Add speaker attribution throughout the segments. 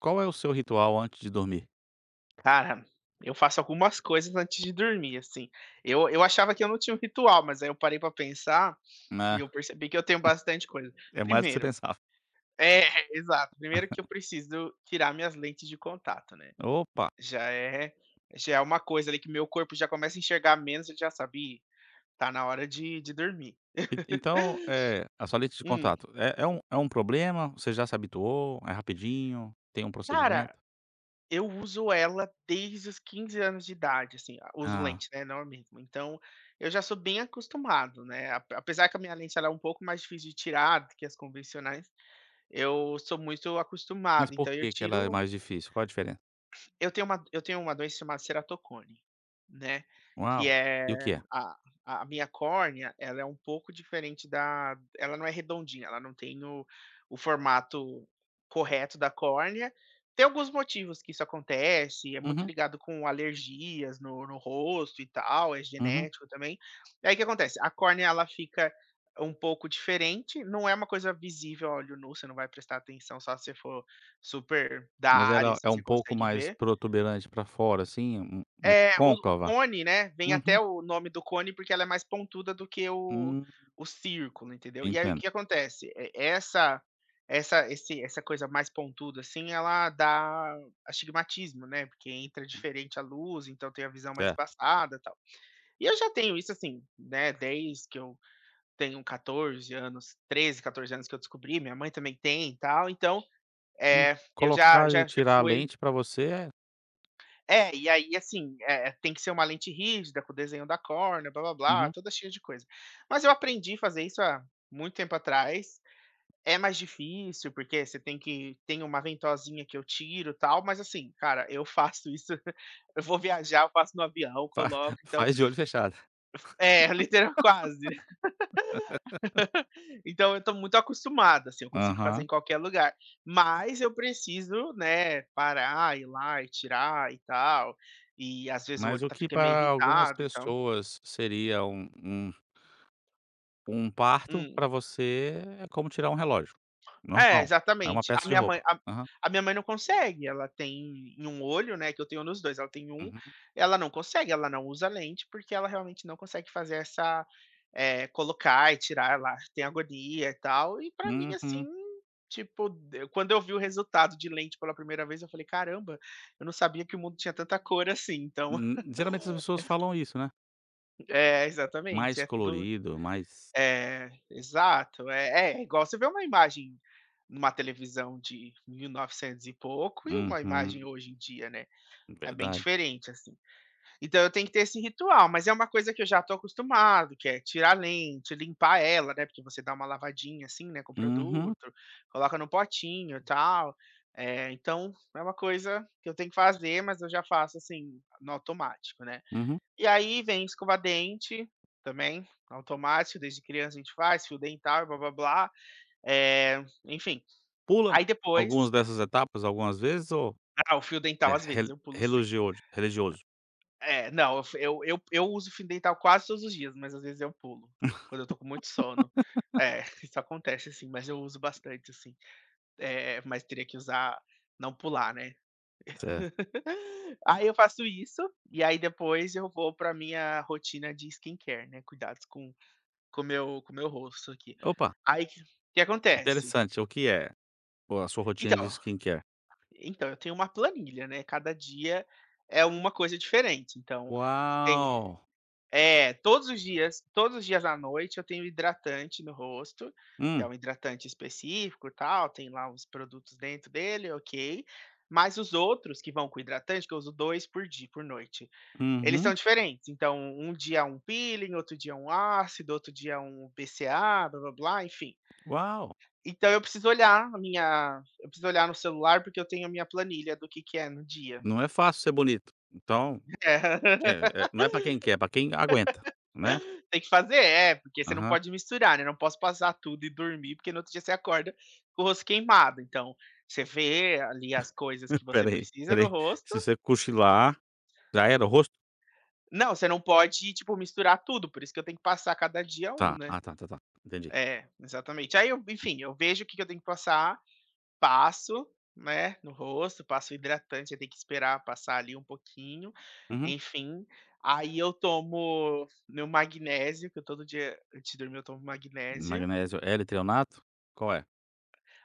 Speaker 1: Qual é o seu ritual antes de dormir?
Speaker 2: Cara, eu faço algumas coisas antes de dormir, assim. Eu achava que eu não tinha um ritual, mas aí eu parei pra pensar e
Speaker 1: Né,
Speaker 2: eu percebi que eu tenho bastante coisa.
Speaker 1: é mais do que você
Speaker 2: Primeiro
Speaker 1: pensava.
Speaker 2: é, exato. Primeiro que eu preciso tirar minhas lentes de contato, né.
Speaker 1: Opa,
Speaker 2: Já é já é uma coisa ali que meu corpo já começa a enxergar menos, ele já sabe: "Ih, tá na hora de dormir".
Speaker 1: en então, a sua lista de
Speaker 2: Hum,
Speaker 1: contato, é um problema? Você já se habituou? É rapidinho? Tem um
Speaker 2: cara,
Speaker 1: procedimento?
Speaker 2: eu uso ela desde os 15 anos de idade, assim, a uso
Speaker 1: Ah,
Speaker 2: lente, né, não a mesma. Então, eu já sou bem acostumado, né, a apesar que a minha lente ela é um pouco mais difícil de tirar do que as convencionais, eu sou muito
Speaker 1: mas
Speaker 2: acostumado,
Speaker 1: por
Speaker 2: então eu
Speaker 1: que que ela é
Speaker 2: tiro
Speaker 1: mais difícil? Qual a diferença?
Speaker 2: eu tenho uma doença chamada ceratocone, né, que
Speaker 1: Uau,
Speaker 2: é
Speaker 1: e o que é?
Speaker 2: a a minha córnea, ela é um pouco diferente da ela não é redondinha, ela não tem o formato correto da córnea. Tem alguns motivos que isso acontece, é muito
Speaker 1: Uhum,
Speaker 2: ligado com alergias no rosto e tal, é
Speaker 1: uhum.
Speaker 2: genético também. Aí o que acontece, a córnea ela fica um pouco diferente, não é uma coisa visível a olho nu, você não vai prestar atenção só se você for super da
Speaker 1: Mas
Speaker 2: área,
Speaker 1: ela
Speaker 2: assim,
Speaker 1: é um
Speaker 2: você
Speaker 1: pouco
Speaker 2: consegue
Speaker 1: mais
Speaker 2: ver.
Speaker 1: protuberante para fora, assim, um mais
Speaker 2: É, o
Speaker 1: côncava?
Speaker 2: cone, né, vem até
Speaker 1: Uhum,
Speaker 2: o nome do cone, porque ela é mais pontuda do que
Speaker 1: hum,
Speaker 2: o círculo, entendeu. E aí o
Speaker 1: entendo,
Speaker 2: que acontece, e essa coisa mais pontuda, assim, ela dá astigmatismo, né, porque entra diferente a luz, então tem a visão mais
Speaker 1: certo.
Speaker 2: embaçada, e tal. E eu já tenho isso, assim, né, desde que eu tenho 14 anos, 13, 14 anos que eu descobri, minha mãe também tem e tal, então,
Speaker 1: Hum,
Speaker 2: é, eu
Speaker 1: colocar e
Speaker 2: já
Speaker 1: tirar a
Speaker 2: fui
Speaker 1: lente para você é
Speaker 2: e aí, assim, tem que ser uma lente rígida, com o desenho da córnea, blá-blá-blá,
Speaker 1: uhum,
Speaker 2: toda cheia de coisa. Mas eu aprendi a fazer isso há muito tempo atrás. É mais difícil, porque você tem uma ventosinha que eu tiro, e tal, mas assim, cara, eu faço isso, eu vou viajar, eu faço no avião,
Speaker 1: fa
Speaker 2: coloco, então
Speaker 1: faz de olho fechado.
Speaker 2: é, literal quase. Então eu tô muito acostumado, assim, eu consigo fazer
Speaker 1: Aham.
Speaker 2: em qualquer lugar. Mas eu preciso, né, parar, ir lá e tirar e tal, e às vezes o
Speaker 1: Mas
Speaker 2: olho
Speaker 1: o que
Speaker 2: fica meio
Speaker 1: para algumas
Speaker 2: irritado, então.
Speaker 1: pessoas seria um um parto,
Speaker 2: Hum.
Speaker 1: para você é como tirar um relógio.
Speaker 2: É,
Speaker 1: Normal, é uma
Speaker 2: exatamente.
Speaker 1: peça de roupa. Aham.
Speaker 2: A minha mãe não consegue, ela tem em um olho, né, que eu tenho nos 2. Ela tem um,
Speaker 1: Uhum.
Speaker 2: ela não consegue, ela não usa lente, porque ela realmente não consegue fazer essa, colocar e tirar, ela tem agonia e tal, e pra mim, assim,
Speaker 1: Uhum.
Speaker 2: tipo, d quando eu vi o resultado de lente pela primeira vez, eu falei: "Caramba, eu não sabia que o mundo tinha tanta cor assim", então.
Speaker 1: Geralmente as pessoas falam isso, né.
Speaker 2: É, exatamente,
Speaker 1: Mais
Speaker 2: é tudo.
Speaker 1: colorido, mais
Speaker 2: É, exato. É igual você vê uma imagem numa televisão de 1900 e novecentos e pouco e uma imagem
Speaker 1: uhum,
Speaker 2: hoje em dia, né, é bem
Speaker 1: verdade.
Speaker 2: diferente, assim. Então eu tenho que ter esse ritual, mas é uma coisa que eu já estou acostumado, que é tirar a lente, limpar ela, né, porque você dá uma lavadinha, assim, né, com o
Speaker 1: Uhum,
Speaker 2: produto, coloca no potinho e tal. Então é uma coisa que eu tenho que fazer, mas eu já faço, assim, no automático, né.
Speaker 1: uhum.
Speaker 2: E aí vem escova-dente também, automático, desde criança a gente faz, fio dental e blá, blá, blá, eh, enfim.
Speaker 1: Pula
Speaker 2: Aí
Speaker 1: algumas
Speaker 2: depois
Speaker 1: dessas etapas algumas vezes ou
Speaker 2: ah, o fio
Speaker 1: é
Speaker 2: dental às
Speaker 1: re
Speaker 2: vezes eu pulo sim.
Speaker 1: relogioso religioso?
Speaker 2: É, não, eu uso fio dental quase todos os dias, mas às vezes eu pulo, quando eu tô com muito sono. É, isso acontece assim, mas eu uso bastante assim. Mas teria que usar não pular, né.
Speaker 1: Certo.
Speaker 2: Aí eu faço isso, e aí depois eu vou pra minha rotina de skincare, né, cuidados com com o meu rosto aqui.
Speaker 1: Opa,
Speaker 2: Aí o que que acontece?
Speaker 1: interessante. O que é? Pô, a sua rotina de
Speaker 2: Então
Speaker 1: skincare.
Speaker 2: então eu tenho uma planilha, né, cada dia é uma coisa diferente, então tem
Speaker 1: Uau!
Speaker 2: é, todos os dias à noite eu tenho hidratante no rosto, que é
Speaker 1: Hum,
Speaker 2: um hidratante específico, e tal, tem lá uns produtos dentro dele, ok, mas os outros que vão com hidratante, que eu uso 2 por dia por noite, eles
Speaker 1: uhum.
Speaker 2: são diferentes, então um dia é um peeling, outro dia é um ácido, outro dia é um BCA, blá-blá-blá, enfim.
Speaker 1: Uau!
Speaker 2: Então eu preciso olhar a minha, eu preciso olhar no celular, porque eu tenho a minha planilha do que é no dia.
Speaker 1: Não é fácil ser bonito. Então,
Speaker 2: É.
Speaker 1: é é, não é pra quem quer, é pra quem aguenta, né.
Speaker 2: Tem que fazer, é, porque você não
Speaker 1: Aham.
Speaker 2: pode misturar, né, não posso passar tudo e dormir, porque no outro dia você acorda com o rosto queimado, então, você vê ali as coisas que você
Speaker 1: Espera aí,
Speaker 2: precisa
Speaker 1: espera
Speaker 2: no
Speaker 1: aí.
Speaker 2: rosto.
Speaker 1: Se você cochilar, já era o rosto?
Speaker 2: Não, você não pode, tipo, misturar tudo, por isso que eu tenho que passar cada dia um,
Speaker 1: Tá.
Speaker 2: né.
Speaker 1: Ah, tá, tá, tá. Entendi.
Speaker 2: É, exatamente. Aí eu, enfim, eu vejo o que que eu tenho que passar, passo, né, no rosto, passo hidratante, aí tem que esperar passar ali um pouquinho,
Speaker 1: Uhum.
Speaker 2: enfim. Aí eu tomo meu magnésio, que eu todo dia antes de dormir eu tomo magnésio.
Speaker 1: Magnésio L-treonato? Qual é?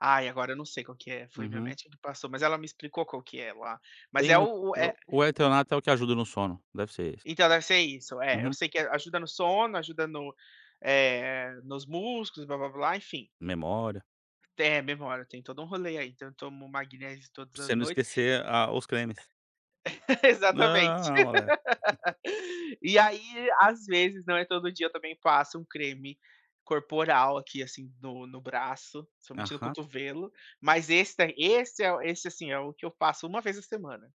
Speaker 2: Ai, agora eu não sei qual que é, foi minha
Speaker 1: Uhum.
Speaker 2: médica que passou, mas ela me explicou qual que é lá. Mas
Speaker 1: Tem
Speaker 2: é
Speaker 1: um
Speaker 2: o é
Speaker 1: o L-treonato é o que ajuda no sono, deve ser esse.
Speaker 2: então deve ser isso, é, eu
Speaker 1: Uhum.
Speaker 2: sei que ajuda no sono, ajuda no, é nos músculos, blá-blá-blá, enfim.
Speaker 1: Memória.
Speaker 2: É, memória, tem todo um rolê aí, então eu tomo magnésio todas
Speaker 1: Pra você
Speaker 2: as
Speaker 1: não
Speaker 2: noites.
Speaker 1: esquecer a os cremes.
Speaker 2: Exatamente.
Speaker 1: Não, mole.
Speaker 2: E aí, às vezes, não é todo dia, eu também passo um creme corporal aqui, assim, no braço, somente no
Speaker 1: Aham.
Speaker 2: cotovelo, mas esse, assim, é o que eu passo uma vez a semana,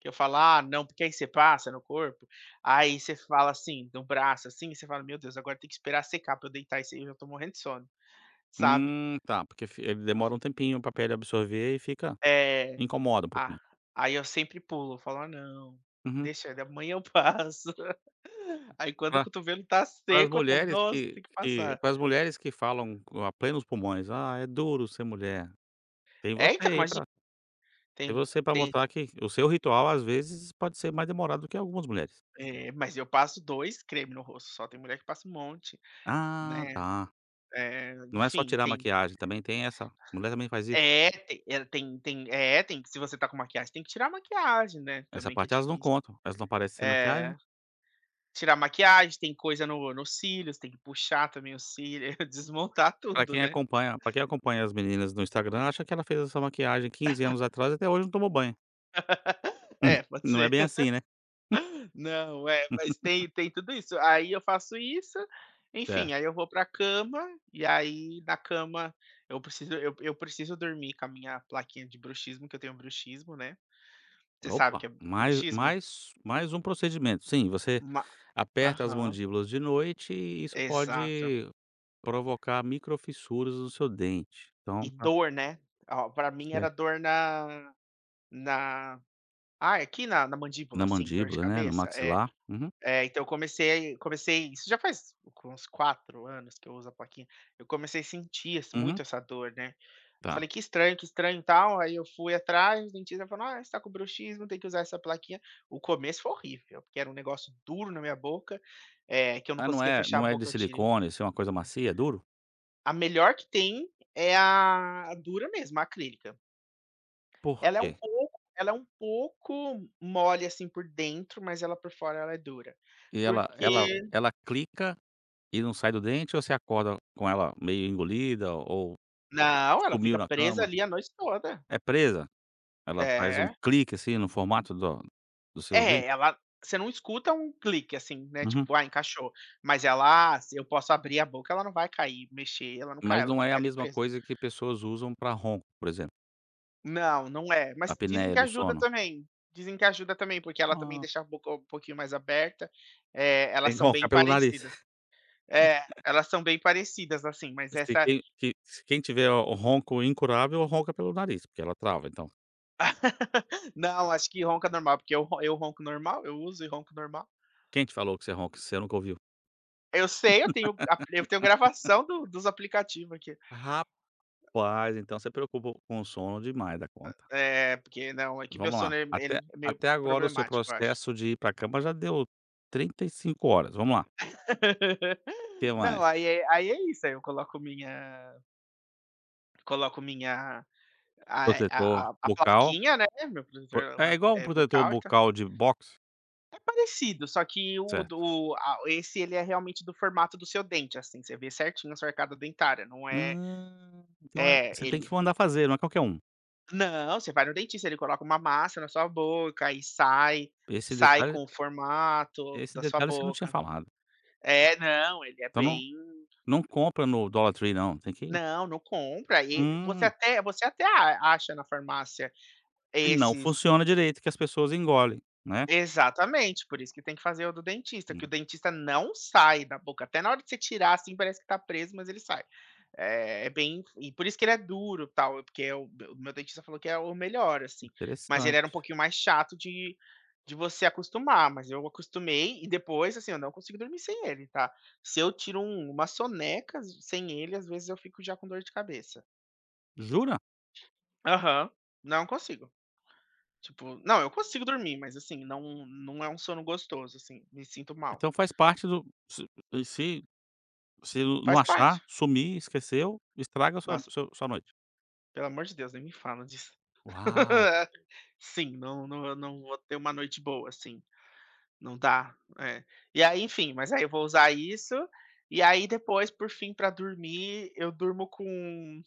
Speaker 2: que eu falo: "Ah, não", porque aí você passa no corpo, aí você fala assim, no braço, assim, e você fala: "Meu Deus, agora tem que esperar secar pra eu deitar isso aí, eu já tô morrendo de sono", sabe.
Speaker 1: Tá, porque fi ele demora um tempinho pra pele absorver e fica
Speaker 2: É,
Speaker 1: incomoda um
Speaker 2: ah,
Speaker 1: pouquinho.
Speaker 2: aí eu sempre pulo, eu falo: "Ah, não,
Speaker 1: Uhum.
Speaker 2: deixa, amanhã eu passo". Aí quando o cotovelo tá
Speaker 1: Para as
Speaker 2: seco, eu falo:
Speaker 1: mulheres
Speaker 2: "Nossa,
Speaker 1: que
Speaker 2: tem que
Speaker 1: que
Speaker 2: passar".
Speaker 1: para as mulheres que falam com a plenos pulmões: "Ah, é duro ser mulher", tem
Speaker 2: É,
Speaker 1: você
Speaker 2: então,
Speaker 1: aí
Speaker 2: imagina,
Speaker 1: para tem
Speaker 2: tem
Speaker 1: você para
Speaker 2: tem,
Speaker 1: mostrar que o seu ritual, às vezes, pode ser mais demorado do que algumas mulheres.
Speaker 2: mas eu passo 2 creme no rosto só, tem mulher que passa um monte,
Speaker 1: "Ah,
Speaker 2: né,
Speaker 1: tá". Não é só
Speaker 2: enfim,
Speaker 1: tirar a maquiagem, também tem essa mulher também faz isso.
Speaker 2: tem se você tá com maquiagem, tem que tirar a maquiagem, né,
Speaker 1: Essa
Speaker 2: também que é
Speaker 1: parte elas não
Speaker 2: difícil.
Speaker 1: contam, elas não aparecem sem maquiagem.
Speaker 2: É, tirar a maquiagem, tem coisa no nos cílios, tem que puxar também os cílios, desmontar
Speaker 1: Pra
Speaker 2: tudo,
Speaker 1: quem
Speaker 2: né.
Speaker 1: acompanha para quem acompanha as meninas no Instagram, acha que ela fez essa maquiagem 15 anos atrás e até hoje não tomou banho.
Speaker 2: É, pode
Speaker 1: Não é
Speaker 2: ser.
Speaker 1: bem assim, né.
Speaker 2: Não, é, mas tem tem tudo isso. Aí eu faço isso,
Speaker 1: Certo.
Speaker 2: enfim, aí eu vou pra cama, e aí na cama eu preciso, eu preciso dormir com a minha plaquinha de bruxismo, que eu tenho bruxismo, né. Você sabe o
Speaker 1: Opa,
Speaker 2: que é
Speaker 1: mais
Speaker 2: bruxismo?
Speaker 1: mais mais um procedimento. Sim, você.
Speaker 2: Ma
Speaker 1: Aperta as
Speaker 2: aham,
Speaker 1: mandíbulas de noite e isso
Speaker 2: exato.
Speaker 1: pode provocar microfissuras no seu dente. Então,
Speaker 2: E
Speaker 1: tá
Speaker 2: dor, né. Ó, pra mim era
Speaker 1: certo.
Speaker 2: dor na ah é aqui na mandíbula,
Speaker 1: Na
Speaker 2: assim, dor de
Speaker 1: mandíbula, né, no
Speaker 2: cabeça. É,
Speaker 1: maxilar. Uhum,
Speaker 2: é, então eu comecei isso já faz uns 4 anos que eu uso a plaquinha. Eu comecei a sentir, assim,
Speaker 1: uhum,
Speaker 2: muito essa dor, né.
Speaker 1: tá.
Speaker 2: Falei: que estranho e tal". Aí eu fui atrás, o dentista falou: "Ah, você tá com bruxismo, tem que usar essa plaquinha". O começo foi horrível, porque era um negócio duro na minha boca, que eu não
Speaker 1: Mas não
Speaker 2: conseguia
Speaker 1: é
Speaker 2: fechar a
Speaker 1: não é de
Speaker 2: boca de tirei.
Speaker 1: silicone, isso é uma coisa macia, é duro?
Speaker 2: A melhor que tem é a dura mesmo, a acrílica.
Speaker 1: Por quê?
Speaker 2: Ela é um pouco mole, assim, por dentro, mas ela por fora ela é dura.
Speaker 1: E ela ela
Speaker 2: Porque
Speaker 1: ela clica e não sai do dente ou você acorda com ela meio engolida ou
Speaker 2: não, ela
Speaker 1: sumiu
Speaker 2: fica
Speaker 1: na
Speaker 2: presa
Speaker 1: cama?
Speaker 2: ali a noite toda.
Speaker 1: É presa? Ela faz um
Speaker 2: É.
Speaker 1: clique, assim, no formato do dos seus dentes?
Speaker 2: É, ela, você não escuta um clique, assim, né,
Speaker 1: Uhum.
Speaker 2: tipo: "Ah, encaixou", mas ela, "Ah, se eu posso abrir a boca, ela não vai cair, mexer, ela não cai,
Speaker 1: Mas
Speaker 2: ela
Speaker 1: não é
Speaker 2: fica
Speaker 1: a
Speaker 2: ali
Speaker 1: mesma
Speaker 2: presa.
Speaker 1: coisa que pessoas usam para ronco, por exemplo.
Speaker 2: Não, não é, mas dizem
Speaker 1: Apneia
Speaker 2: que
Speaker 1: do
Speaker 2: ajuda
Speaker 1: sono?
Speaker 2: também, dizem que ajuda também, porque ela também
Speaker 1: Ah,
Speaker 2: deixa a boca um pouquinho mais aberta,
Speaker 1: tem
Speaker 2: elas
Speaker 1: que
Speaker 2: são bem
Speaker 1: roncar pelo nariz.
Speaker 2: parecidas. É, elas são bem parecidas, assim, mas
Speaker 1: Se
Speaker 2: essa
Speaker 1: quem que se quem tiver o ronco incurável, ronca pelo nariz, porque ela trava, então.
Speaker 2: não, acho que ronca normal, porque eu ronco normal, eu uso e ronco normal.
Speaker 1: Quem te falou que você ronca se você nunca ouviu?
Speaker 2: Eu sei, eu tenho a, eu tenho gravação do dos aplicativos aqui.
Speaker 1: Rapaz, então você preocupa com o sono demais da conta.
Speaker 2: É, porque não, o que
Speaker 1: Vamos lá,
Speaker 2: ele
Speaker 1: até
Speaker 2: ele é meio
Speaker 1: até agora o seu
Speaker 2: problemático, eu acho.
Speaker 1: processo de ir pra cama já deu 35 horas, vamos lá. Que
Speaker 2: Não,
Speaker 1: mais?
Speaker 2: aí é, aí é isso, aí eu coloco minha,
Speaker 1: Protetor
Speaker 2: a
Speaker 1: bucal,
Speaker 2: plaquinha, né, meu
Speaker 1: po,
Speaker 2: protetor
Speaker 1: é
Speaker 2: la
Speaker 1: igual um protetor
Speaker 2: bucal, tá.
Speaker 1: bucal de boxe?
Speaker 2: É parecido, só que o
Speaker 1: Certo.
Speaker 2: do a esse ele é realmente do formato do seu dente, assim, você vê certinho a sua arcada dentária, não é,
Speaker 1: Ah, então é
Speaker 2: é,
Speaker 1: você tem
Speaker 2: ele
Speaker 1: que mandar fazer, não é qualquer um.
Speaker 2: não, você vai no dentista, ele coloca uma massa na sua boca, e
Speaker 1: Esse
Speaker 2: sai
Speaker 1: detalhe
Speaker 2: com o formato
Speaker 1: Esse
Speaker 2: da sua
Speaker 1: detalhe você não tinha
Speaker 2: boca.
Speaker 1: falado.
Speaker 2: É, não, ele é
Speaker 1: Então, não,
Speaker 2: bem
Speaker 1: não compra no Dollar Tree, não, tem que
Speaker 2: não, não compra. E você
Speaker 1: hum,
Speaker 2: até você até a acha na farmácia
Speaker 1: e não
Speaker 2: esses.
Speaker 1: funciona direito que as pessoas engolem, né.
Speaker 2: Exatamente, por isso que tem que fazer o do dentista, que o
Speaker 1: Hum,
Speaker 2: dentista não sai da boca, até na hora de você tirar, assim, parece que tá preso, mas ele sai. É bem, e por isso que ele é duro, tal, porque é o meu dentista falou que é o melhor, assim, mas ele era um
Speaker 1: interessante.
Speaker 2: pouquinho mais chato de você acostumar, mas eu acostumei e depois, assim, eu não consigo dormir sem ele, tá. Se eu tiro uma soneca sem ele, às vezes eu fico já com dor de cabeça.
Speaker 1: Jura?
Speaker 2: Aham, não consigo. Tipo, não, eu consigo dormir, mas assim, não é um sono gostoso, assim, me sinto mal.
Speaker 1: Então faz parte do se se não
Speaker 2: Faz
Speaker 1: achar,
Speaker 2: parte.
Speaker 1: sumir, esqueceu, estraga a sua
Speaker 2: Nossa,
Speaker 1: seu sua noite.
Speaker 2: pelo amor de Deus, nem me fala disso.
Speaker 1: Uau.
Speaker 2: Sim, não, eu não vou ter uma noite boa, assim, não dá, é. E aí, enfim, mas aí eu vou usar isso, e aí depois, por fim, pra dormir, eu durmo com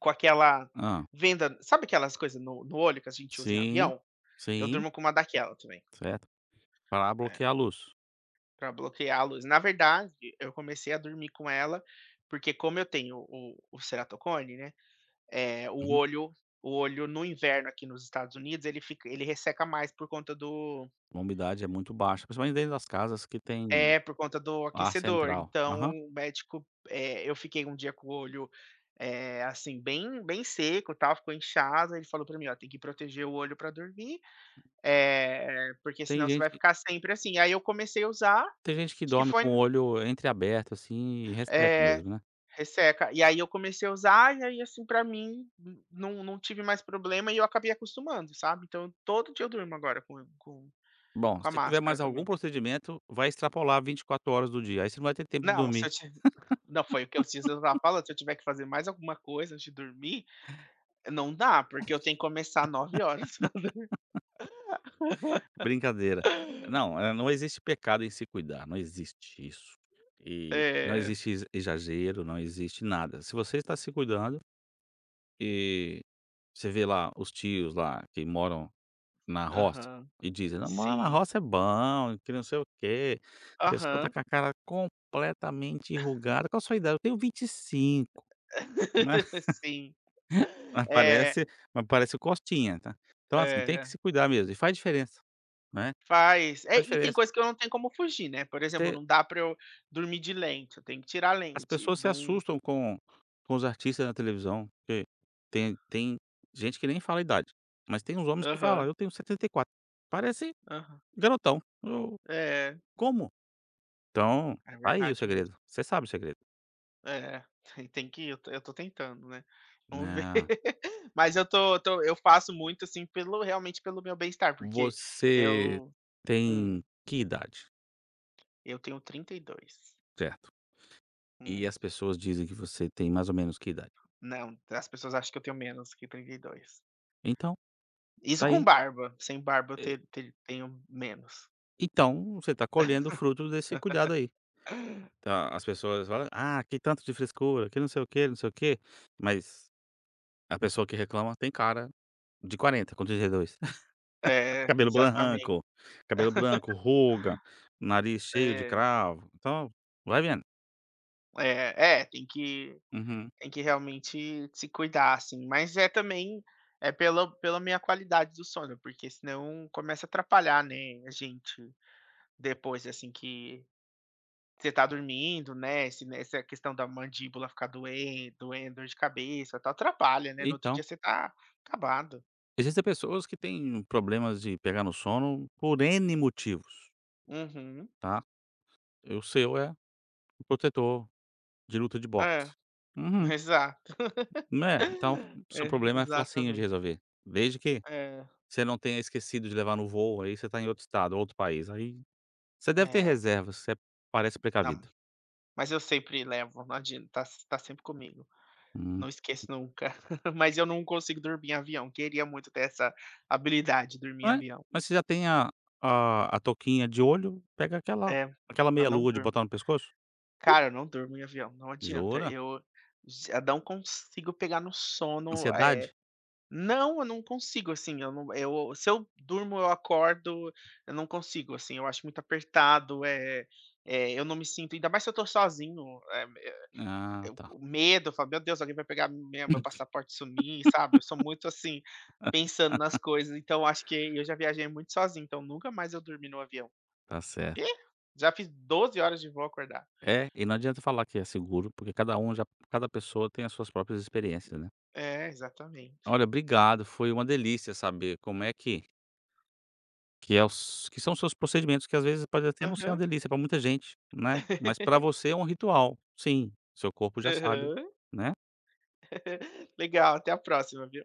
Speaker 2: aquela
Speaker 1: ah
Speaker 2: venda, sabe aquelas coisas no olho que a gente usa em
Speaker 1: Sim,
Speaker 2: avião? Eu
Speaker 1: sim,
Speaker 2: durmo com uma daquela também.
Speaker 1: certo. Para
Speaker 2: É.
Speaker 1: bloquear a luz.
Speaker 2: Pra bloquear a luz. Na verdade, eu comecei a dormir com ela, porque como eu tenho o ceratocone, né, o
Speaker 1: Uhum.
Speaker 2: olho, o olho no inverno aqui nos Estados Unidos, ele fica, ele resseca mais por conta do,
Speaker 1: A umidade é muito baixa, principalmente dentro das casas que tem
Speaker 2: é, por conta do
Speaker 1: ar
Speaker 2: aquecedor.
Speaker 1: central.
Speaker 2: Então
Speaker 1: Aham.
Speaker 2: o médico, eu fiquei um dia com o olho, assim, bem seco, tal, ficou inchado, ele falou pra mim: "Ó, tem que proteger o olho pra dormir, porque
Speaker 1: Tem
Speaker 2: senão você vai
Speaker 1: gente
Speaker 2: ficar sempre assim". Aí eu comecei a usar,
Speaker 1: Tem gente que
Speaker 2: acho que
Speaker 1: dorme
Speaker 2: foi,
Speaker 1: com o olho entreaberto, assim, e resseca
Speaker 2: eh
Speaker 1: mesmo, né.
Speaker 2: resseca. E aí eu comecei a usar, e aí, assim, pra mim, n não tive mais problema e eu acabei acostumando, sabe. Então todo dia eu durmo agora com
Speaker 1: Bom,
Speaker 2: com a
Speaker 1: se tiver
Speaker 2: máscara
Speaker 1: mais algum
Speaker 2: também.
Speaker 1: procedimento, vai extrapolar 24 horas do dia, aí você não vai ter tempo de
Speaker 2: Não, se eu
Speaker 1: dormir.
Speaker 2: ti não, foi o que eu, esses dias eu estava falando, se eu tiver que fazer mais alguma coisa antes de dormir, não dá, porque eu tenho que começar às nove horas.
Speaker 1: Brincadeira. Não, não existe pecado em se cuidar, não existe isso. E não
Speaker 2: É.
Speaker 1: existe exagero, não existe nada. Se você está se cuidando e você vê lá os tios lá que moram na roça,
Speaker 2: Aham.
Speaker 1: e dizem: "Não, morar na
Speaker 2: Sim.
Speaker 1: roça é bom, que não sei o quê". A pessoa tá
Speaker 2: Aham.
Speaker 1: com a cara completamente enrugada. Qual a sua idade? "Eu tenho 25", né.
Speaker 2: Sim.
Speaker 1: Mas
Speaker 2: É,
Speaker 1: parece mas parece o Costinha, tá. Então, assim, tem que
Speaker 2: é.
Speaker 1: se cuidar mesmo e faz diferença, né,
Speaker 2: Faz. É,
Speaker 1: faz
Speaker 2: e tem
Speaker 1: diferença.
Speaker 2: coisa que eu não tenho como fugir, né. Por exemplo,
Speaker 1: Você
Speaker 2: não dá pra eu dormir de lente, eu tenho que tirar a
Speaker 1: As
Speaker 2: lente.
Speaker 1: pessoas se
Speaker 2: Não.
Speaker 1: assustam com os artistas na televisão, porque tem gente que nem fala a idade, mas tem uns homens que falam:
Speaker 2: Aham,
Speaker 1: "Eu tenho 74". Parece
Speaker 2: aham.
Speaker 1: garotão. Eu
Speaker 2: É,
Speaker 1: como Então,
Speaker 2: é
Speaker 1: tá aí o
Speaker 2: verdade mesmo.
Speaker 1: segredo. Você sabe o segredo,
Speaker 2: É, tem, tem que ir, eu tô tentando, né. Vamos ver.
Speaker 1: né.
Speaker 2: Mas eu tô eu faço muito, assim, pelo realmente pelo meu bem-estar, porque
Speaker 1: Você
Speaker 2: eu, hum,
Speaker 1: tem que idade,
Speaker 2: eu tenho 32.
Speaker 1: certo? E
Speaker 2: Hum,
Speaker 1: as pessoas dizem que você tem mais ou menos que idade.
Speaker 2: não, as pessoas acham que eu tenho menos que 32.
Speaker 1: Então,
Speaker 2: Isso
Speaker 1: tá
Speaker 2: com
Speaker 1: aí.
Speaker 2: barba, sem barba eu
Speaker 1: E
Speaker 2: te te tenho menos.
Speaker 1: então, você tá colhendo o fruto desse cuidado aí. Tá, as pessoas falam: "Ah, que tanto de frescura, que não sei o que, não sei o que". Mas a pessoa que reclama tem cara de 40, com 32,
Speaker 2: É,
Speaker 1: cabelo
Speaker 2: exatamente.
Speaker 1: branco, cabelo branco, ruga, nariz cheio de
Speaker 2: É,
Speaker 1: cravo. Então, vai vendo.
Speaker 2: é, tem que
Speaker 1: Uhum.
Speaker 2: tem que realmente se cuidar, assim. Mas é também é pela minha qualidade do sono, porque senão começa a atrapalhar, né, a gente depois, assim, que você tá dormindo, né, se nessa questão da mandíbula ficar doendo, doendo, dor de cabeça, tá atrapalha, né, no outro
Speaker 1: Então,
Speaker 2: dia você tá acabado.
Speaker 1: existem pessoas que têm problemas de pegar no sono por N motivos,
Speaker 2: Uhum.
Speaker 1: tá? E o seu é o protetor de luta de
Speaker 2: É,
Speaker 1: boxe. Uhum.
Speaker 2: exato.
Speaker 1: Né, então, seu
Speaker 2: É,
Speaker 1: problema é facinho de
Speaker 2: exatamente.
Speaker 1: resolver, desde que
Speaker 2: É,
Speaker 1: você não tenha esquecido de levar no voo, aí você tá em outro estado, outro país, aí você deve ter
Speaker 2: é.
Speaker 1: reservas, você parece
Speaker 2: Não,
Speaker 1: precavido.
Speaker 2: mas eu sempre levo, não adianta, tá sempre comigo.
Speaker 1: Hum.
Speaker 2: Não esqueço nunca. Mas eu não consigo dormir em avião, queria muito ter essa habilidade, de dormir em
Speaker 1: Não. É,
Speaker 2: avião.
Speaker 1: mas você já tem a touquinha de olho, pega aquela
Speaker 2: É,
Speaker 1: aquela
Speaker 2: eu
Speaker 1: meia
Speaker 2: não
Speaker 1: lua de
Speaker 2: durmo.
Speaker 1: botar no pescoço?
Speaker 2: Cara, eu não durmo em avião, não adianta,
Speaker 1: Jura?
Speaker 2: eu já não consigo pegar no sono. É,
Speaker 1: Ansiedade?
Speaker 2: não, eu não consigo, assim, eu não, eu, se eu durmo, eu acordo, eu não consigo, assim, eu acho muito apertado. É, eu não me sinto, ainda mais se eu tô sozinho, eh
Speaker 1: Ah,
Speaker 2: eu-
Speaker 1: tá.
Speaker 2: o medo, eu falo: "Meu Deus, alguém vai pegar meu passaporte e sumir", sabe? Eu sou muito, assim, pensando nas coisas, então acho que eu já viajei muito sozinho, então nunca mais eu dormi no avião.
Speaker 1: Tá
Speaker 2: Quê?
Speaker 1: certo.
Speaker 2: Já fiz 12 horas de voo acordado.
Speaker 1: É, e não adianta falar que é seguro, porque cada um já cada pessoa tem as suas próprias experiências, né.
Speaker 2: É, exatamente.
Speaker 1: Olha, obrigado, foi uma delícia saber como é que são os seus procedimentos, que às vezes pode até não ser uma
Speaker 2: Aham.
Speaker 1: delícia para muita gente, né, mas para você é um ritual. Sim, seu corpo já sabe,
Speaker 2: Aham.
Speaker 1: né.
Speaker 2: Legal, até a próxima, viu.